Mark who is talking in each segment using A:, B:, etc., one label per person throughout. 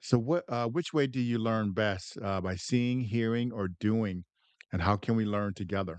A: So what which way do you learn best, by seeing, hearing, or doing, and how can we learn together?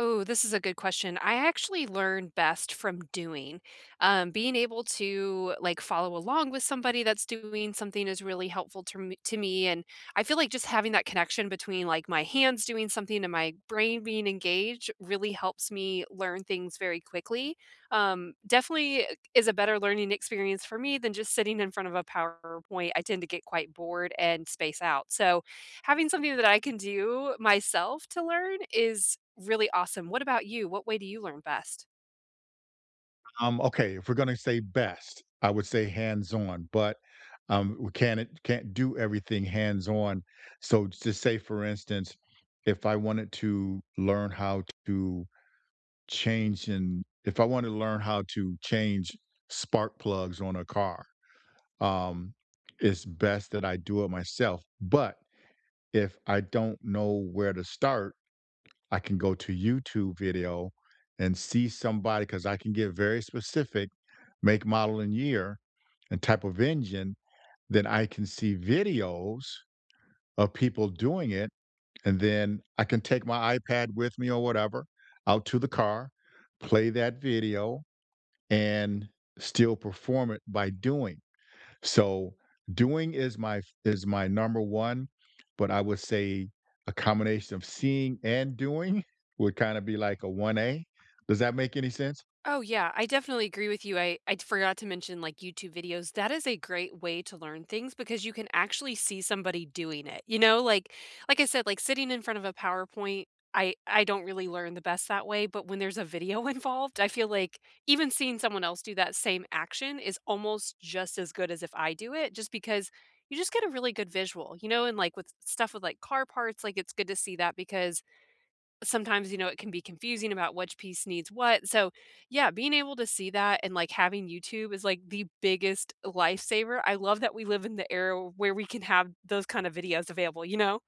B: Oh, this is a good question. I actually learn best from doing. Being able to like follow along with somebody that's doing something is really helpful to me. And I feel like just having that connection between like my hands doing something and my brain being engaged really helps me learn things very quickly. Definitely is a better learning experience for me than just sitting in front of a PowerPoint. I tend to get quite bored and space out. So, having something that I can do myself to learn is really awesome. What about you? What way do you learn best?
A: Okay, if we're gonna say best, I would say hands-on, but, we can't do everything hands-on. So to say, for instance, if I wanted to learn how to change and if I want to learn how to change spark plugs on a car, um, it's best that I do it myself. But if I don't know where to start, I can go to YouTube video and see somebody because I can get very specific, make, model, and year, and type of engine, then I can see videos of people doing it, and then I can take my iPad with me or whatever out to the car, play that video, and still perform it by doing. So doing is my number one, but I would say a combination of seeing and doing would kind of be like a 1A. Does that make any sense?
B: Oh yeah, I definitely agree with you. I forgot to mention like YouTube videos. That is a great way to learn things because you can actually see somebody doing it. You know, like I said, like sitting in front of a PowerPoint, I don't really learn the best that way, but when there's a video involved, I feel like even seeing someone else do that same action is almost just as good as if I do it just because you just get a really good visual. You know, and like with stuff with like car parts, like it's good to see that because sometimes you know it can be confusing about which piece needs what. So yeah, being able to see that and like having YouTube is like the biggest lifesaver. I love that we live in the era where we can have those kind of videos available, you know.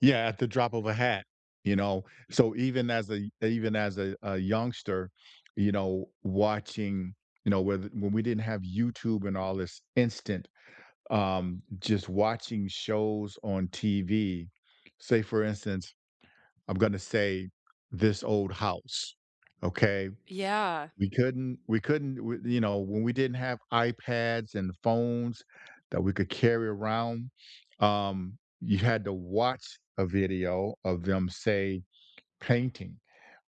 A: Yeah, at the drop of a hat, you know. So even as a youngster, you know, watching, you know, with when we didn't have YouTube and all this instant, just watching shows on TV. Say for instance, I'm gonna say this old house. Okay.
B: Yeah.
A: We couldn't, w- You know, when we didn't have iPads and phones that we could carry around, you had to watch a video of them, say, painting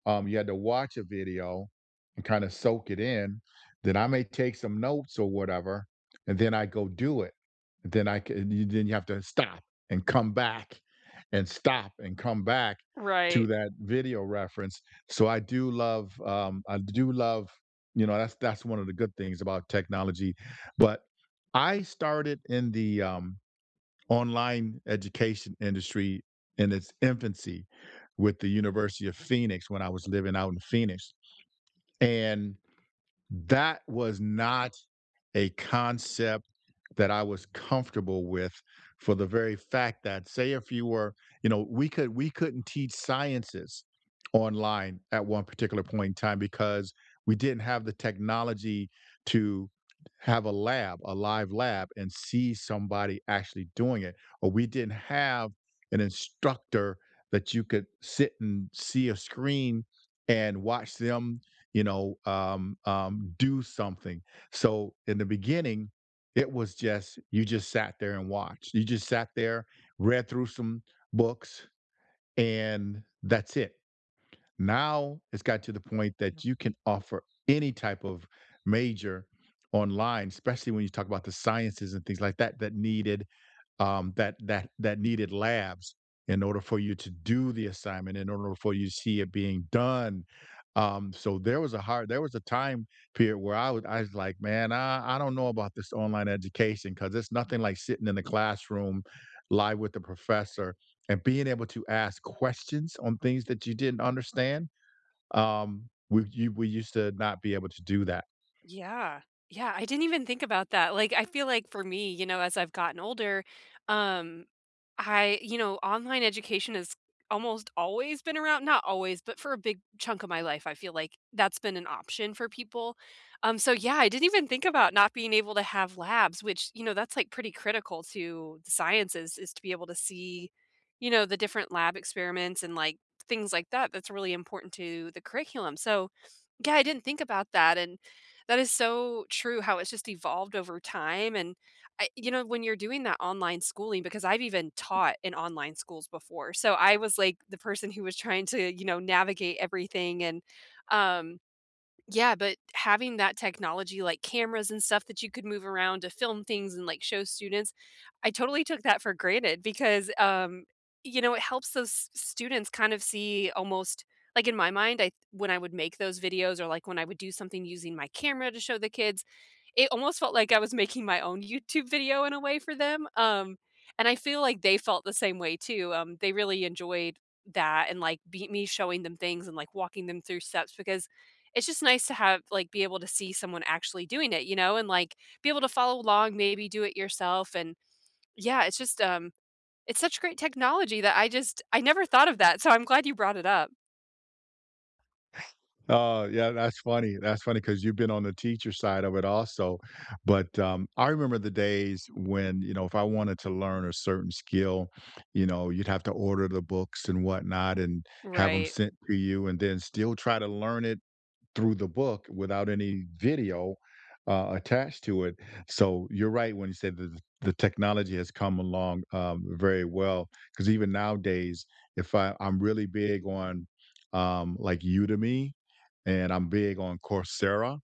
A: you had to watch a video and kind of soak it in. Then I may take some notes or whatever, and then I go do it. And then I c- you then you have to stop and come back and stop and come back to
B: Right.
A: that video reference. So I do love, you know, that's one of the good things about technology. But I started in the online education industry in its infancy with the University of Phoenix when I was living out in Phoenix. And that was not a concept that I was comfortable with for the very fact that say if you were, you know, we couldn't teach sciences online at one particular point in time because we didn't have the technology to have a live lab and see somebody actually doing it or we didn't have an instructor that you could sit and see a screen and watch them do something. So in the beginning, it was just you just sat there and watched. You just sat there, read through some books, and that's it. Now it's got to the point that you can offer any type of major online, especially when you talk about the sciences and things like that that needed that needed labs in order for you to do the assignment, in order for you to see it being done. So there was a time period where I was like, man, I don't know about this online education because it's nothing like sitting in the classroom live with the professor and being able to ask questions on things that you didn't understand we used to not be able to do that.
B: Yeah. Yeah, I didn't even think about that. Like I feel like for me, you know, as I've gotten older, um I, you know, online education has almost always been around, not always, but for a big chunk of my life, I feel like that's been an option for people. So yeah, I didn't even think about not being able to have labs, which, you know, that's like pretty critical to the sciences is to be able to see, you know, the different lab experiments and like things like that. That's really important to the curriculum. So, yeah, I didn't think about that, and that is so true how it's just evolved over time, and I, you know, when you're doing that online schooling because I've even taught in online schools before, so I was, like, the person who was trying to, you know, navigate everything, and um yeah, but having that technology like cameras and stuff that you could move around to film things and like show students, I totally took that for granted because you know, it helps those students kind of see almost like in my mind, I when I would make those videos or like when I would do something using my camera to show the kids, it almost felt like I was making my own YouTube video in a way for them. And I feel like they felt the same way too. They really enjoyed that and like me showing them things and like walking them through steps because it's just nice to have like, be able to see someone actually doing it, you know, and, like, be able to follow along, maybe do it yourself, and yeah, it's just, it's such great technology that I just I never thought of that, so I'm glad you brought it up.
A: Oh, yeah, that's funny. That's funny because 'cause you've been on the teacher side of it also, but, I remember the days when, you know, if I wanted to learn a certain skill, you know, you'd have to order the books and whatnot and have them
B: Right.
A: sent to you and then still try to learn it through the book without any video attached to it. So you're right when you say that the technology has come along very well. Because even nowadays, if I, I'm really big on like Udemy and I'm big on Coursera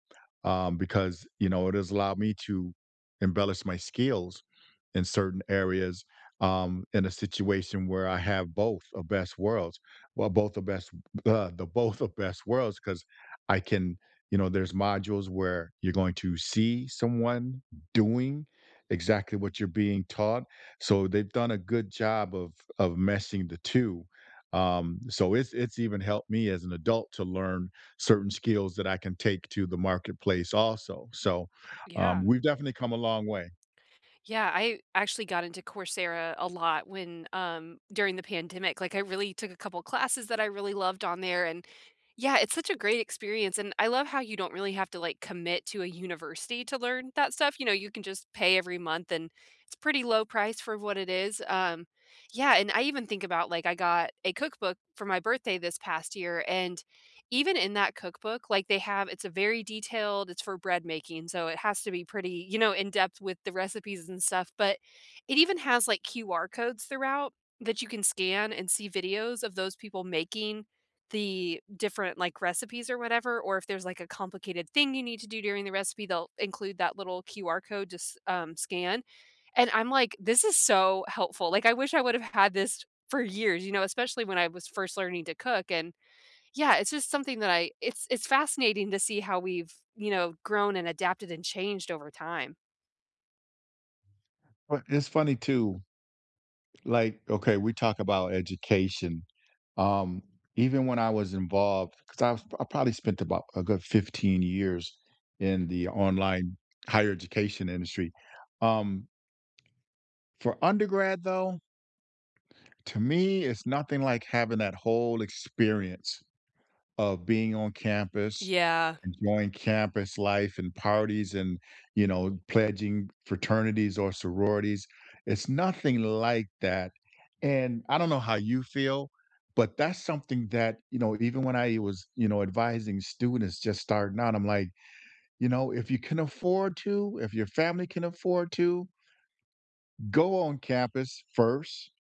A: because you know it has allowed me to embellish my skills in certain areas in a situation where I have both of best worlds. Well, both of best, the both of best worlds, because I can, you know, there's modules where you're going to see someone doing exactly what you're being taught. So they've done a good job of meshing the two. So it's even helped me as an adult to learn certain skills that I can take to the marketplace also. So
B: Yeah.
A: we've definitely come a long way.
B: Yeah, I actually got into Coursera a lot when during the pandemic. Like I really took a couple classes that I really loved on there, and yeah, it's such a great experience, and I love how you don't really have to like commit to a university to learn that stuff. You know, you can just pay every month and it's pretty low price for what it is. Yeah, and I even think about like I got a cookbook for my birthday this past year, and even in that cookbook, like, they have it's a very detailed it's for bread making, so it has to be pretty, you know, in-depth with the recipes and stuff, but it even has, like, QR codes throughout that you can scan and see videos of those people making the different, like, recipes or whatever, or if there's, like, a complicated thing you need to do during the recipe, they'll include that little QR code to s scan, and I'm like, "This is so helpful." Like, I wish I would have had this for years, you know, especially when I was first learning to cook, and yeah, it's just something that I it's fascinating to see how we've, you know, grown and adapted and changed over time.
A: Well, it's funny too, like, okay, we talk about education. Um, Even when I was involved, I probably spent about a good 15 years in the online higher education industry. Um, for undergrad, though, to me, it's nothing like having that whole experience of being on campus,
B: Yeah.
A: enjoying campus life and parties and, you know, pledging fraternities or sororities. It's nothing like that, and I don't know how you feel, but that's something that, you know, even when I was, you know, advising students just starting out, I'm like, you know, if you can afford to, if your family can afford to, go on campus first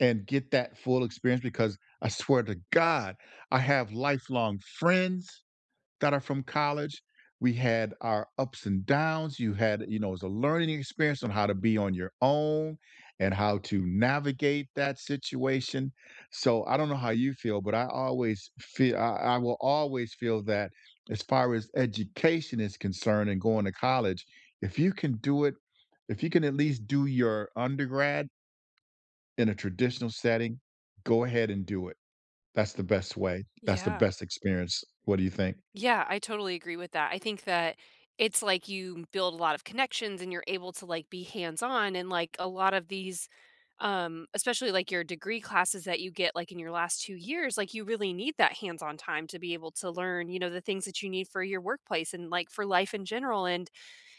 A: and get that full experience because I swear to God, I have lifelong friends that are from college. We had our ups and downs. You had, you know, it was a learning experience on how to be on your own and how to navigate that situation. So I don't know how you feel, but I always feel I will always feel that as far as education is concerned and going to college, if you can do it, if you can at least do your undergrad in a traditional setting, go ahead and do it. That's the best way. That's the
B: Yeah.
A: best experience. What do you think?
B: Yeah, I totally agree with that. I think that it's like you build a lot of connections and you're able to like be hands-on, and like a lot of these especially like your degree classes that you get like in your last 2 years, like you really need that hands-on time to be able to learn, you know, the things that you need for your workplace and like for life in general. And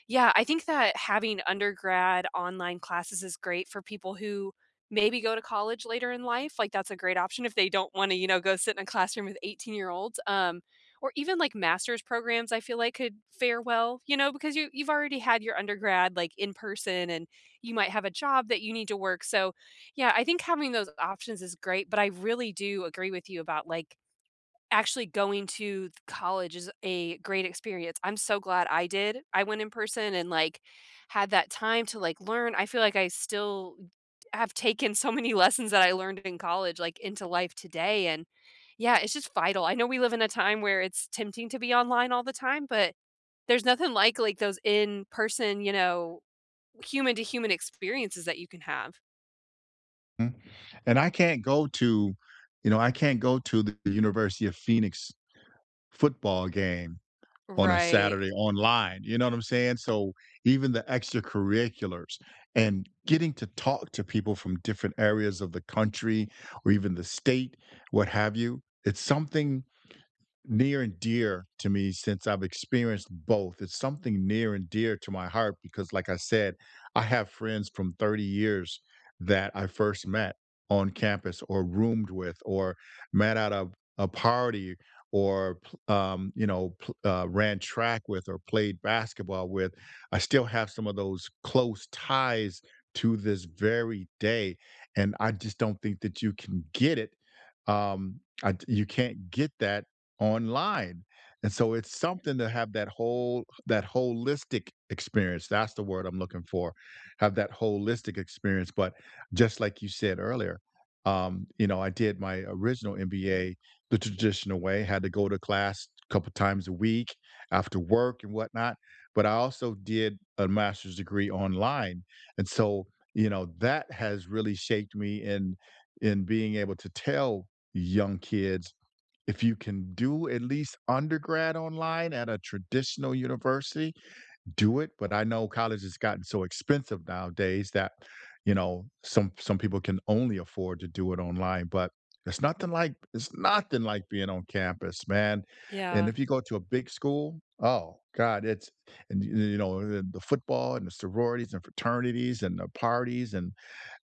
B: yeah, I think that having undergrad online classes is great for people who maybe go to college later in life. Like that's a great option if they don't want to, you know, go sit in a classroom with 18-year-olds. Or even like master's programs, I feel like could fare well, you know, because you you've already had your undergrad like in person, and you might have a job that you need to work. So, yeah, I think having those options is great, but I really do agree with you about like actually going to college is a great experience. I'm so glad I did. I went in person and, like, had that time to, like, learn. I feel like I still have taken so many lessons that I learned in college, like, into life today, and yeah, it's just vital. I know we live in a time where it's tempting to be online all the time, but there's nothing like those in-person, you know, human to human experiences that you can have.
A: Mhm. And I can't go to, you know, I can't go to the University of Phoenix football game on a
B: Right.
A: Saturday online. You know what I'm saying? So even the extracurriculars and getting to talk to people from different areas of the country or even the state, what have you, it's something near and dear to me since I've experienced both. It's something near and dear to my heart because, like I said, I have friends from 30 years that I first met on campus or roomed with or met at a party you know ran track with or played basketball with. I still have some of those close ties to this very day, and I just don't think that you can get it you can't get that online. And so it's something to have that whole that holistic experience. That's the word I'm looking for. Have that holistic experience. But just like you said earlier, you know, I did my original MBA the traditional way, had to go to class a couple times a week after work and whatnot. But I also did a master's degree online. And so, you know, that has really shaped me in being able to tell young kids if you can do at least undergrad online at a traditional university, do it, but I know college has gotten so expensive nowadays that, you know, some people can only afford to do it online, but it's nothing like being on campus, man, and
B: Yeah.
A: if you go to a big school, oh god, it's and y you know, the football and the sororities and fraternities and the parties, and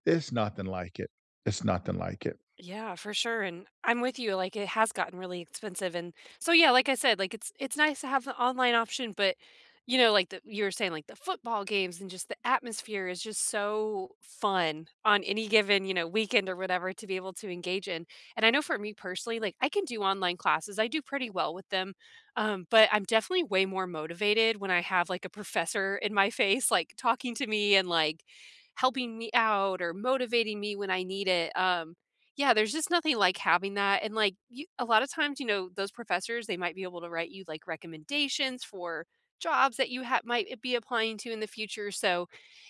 A: it's nothing like it. It's nothing like it.
B: Yeah, for sure, and I'm with you, like, it has gotten really expensive, and so, yeah, like I said, like, it's nice to have the online option, but, you know, like, the you were saying, like, the football games and just the atmosphere is just so fun on any given, you know, weekend or whatever to be able to engage in, and I know for me personally, like, I can do online classes, I do pretty well with them, but I'm definitely way more motivated when I have, like, a professor in my face, like, talking to me and, like, helping me out or motivating me when I need it, yeah, there's just nothing like having that, and, like, you a lot of times, you know, those professors, they might be able to write you, like, recommendations for jobs that you ha might be applying to in the future, so,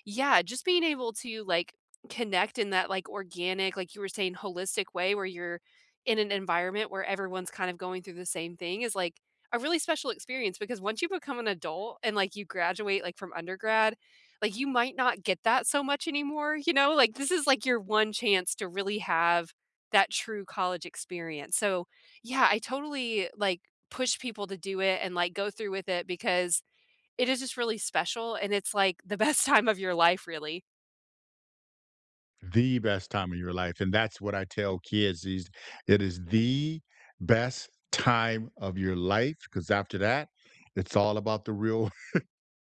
B: yeah, just being able to, like, connect in that, like, organic, like you were saying, holistic way where you're in an environment where everyone's kind of going through the same thing is, like, a really special experience because once you become an adult and, like, you graduate, like, from undergrad, like, you might not get that so much anymore, you know? Like, this is, like, your one chance to really have that true college experience. So, yeah, I totally, like, push people to do it and, like, go through with it because it is just really special, and it's, like, the best time of your life, really.
A: The best time of your life, and that's what I tell kids is it is the best time of your life, because after that, it's all about the real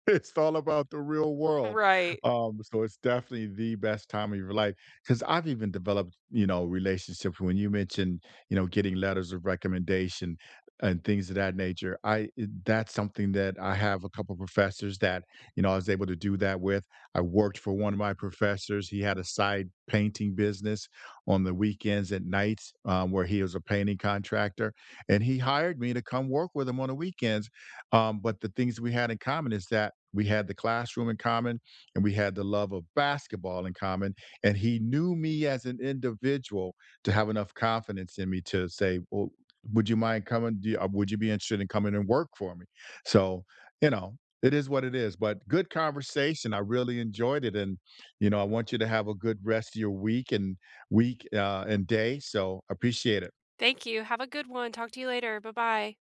A: It's all about the real world.
B: Right.
A: So it's definitely the best time of your life. Because 'cause I've even developed, you know, relationships when you mentioned, you know, getting letters of recommendation and things of that nature. I That's something that I have a couple professors that, you know, I was able to do that with. I worked for one of my professors. He had a side painting business on the weekends at nights, where he was a painting contractor, and he hired me to come work with him on the weekends. But the things we had in common is that we had the classroom in common and we had the love of basketball in common. And he knew me as an individual to have enough confidence in me to say, well, would you mind coming? Would you be interested in coming and work for me? So, you know, it is what it is, but good conversation. I really enjoyed it. And, you know, I want you to have a good rest of your week and day. So appreciate it.
B: Thank you. Have a good one. Talk to you later. Bye-bye.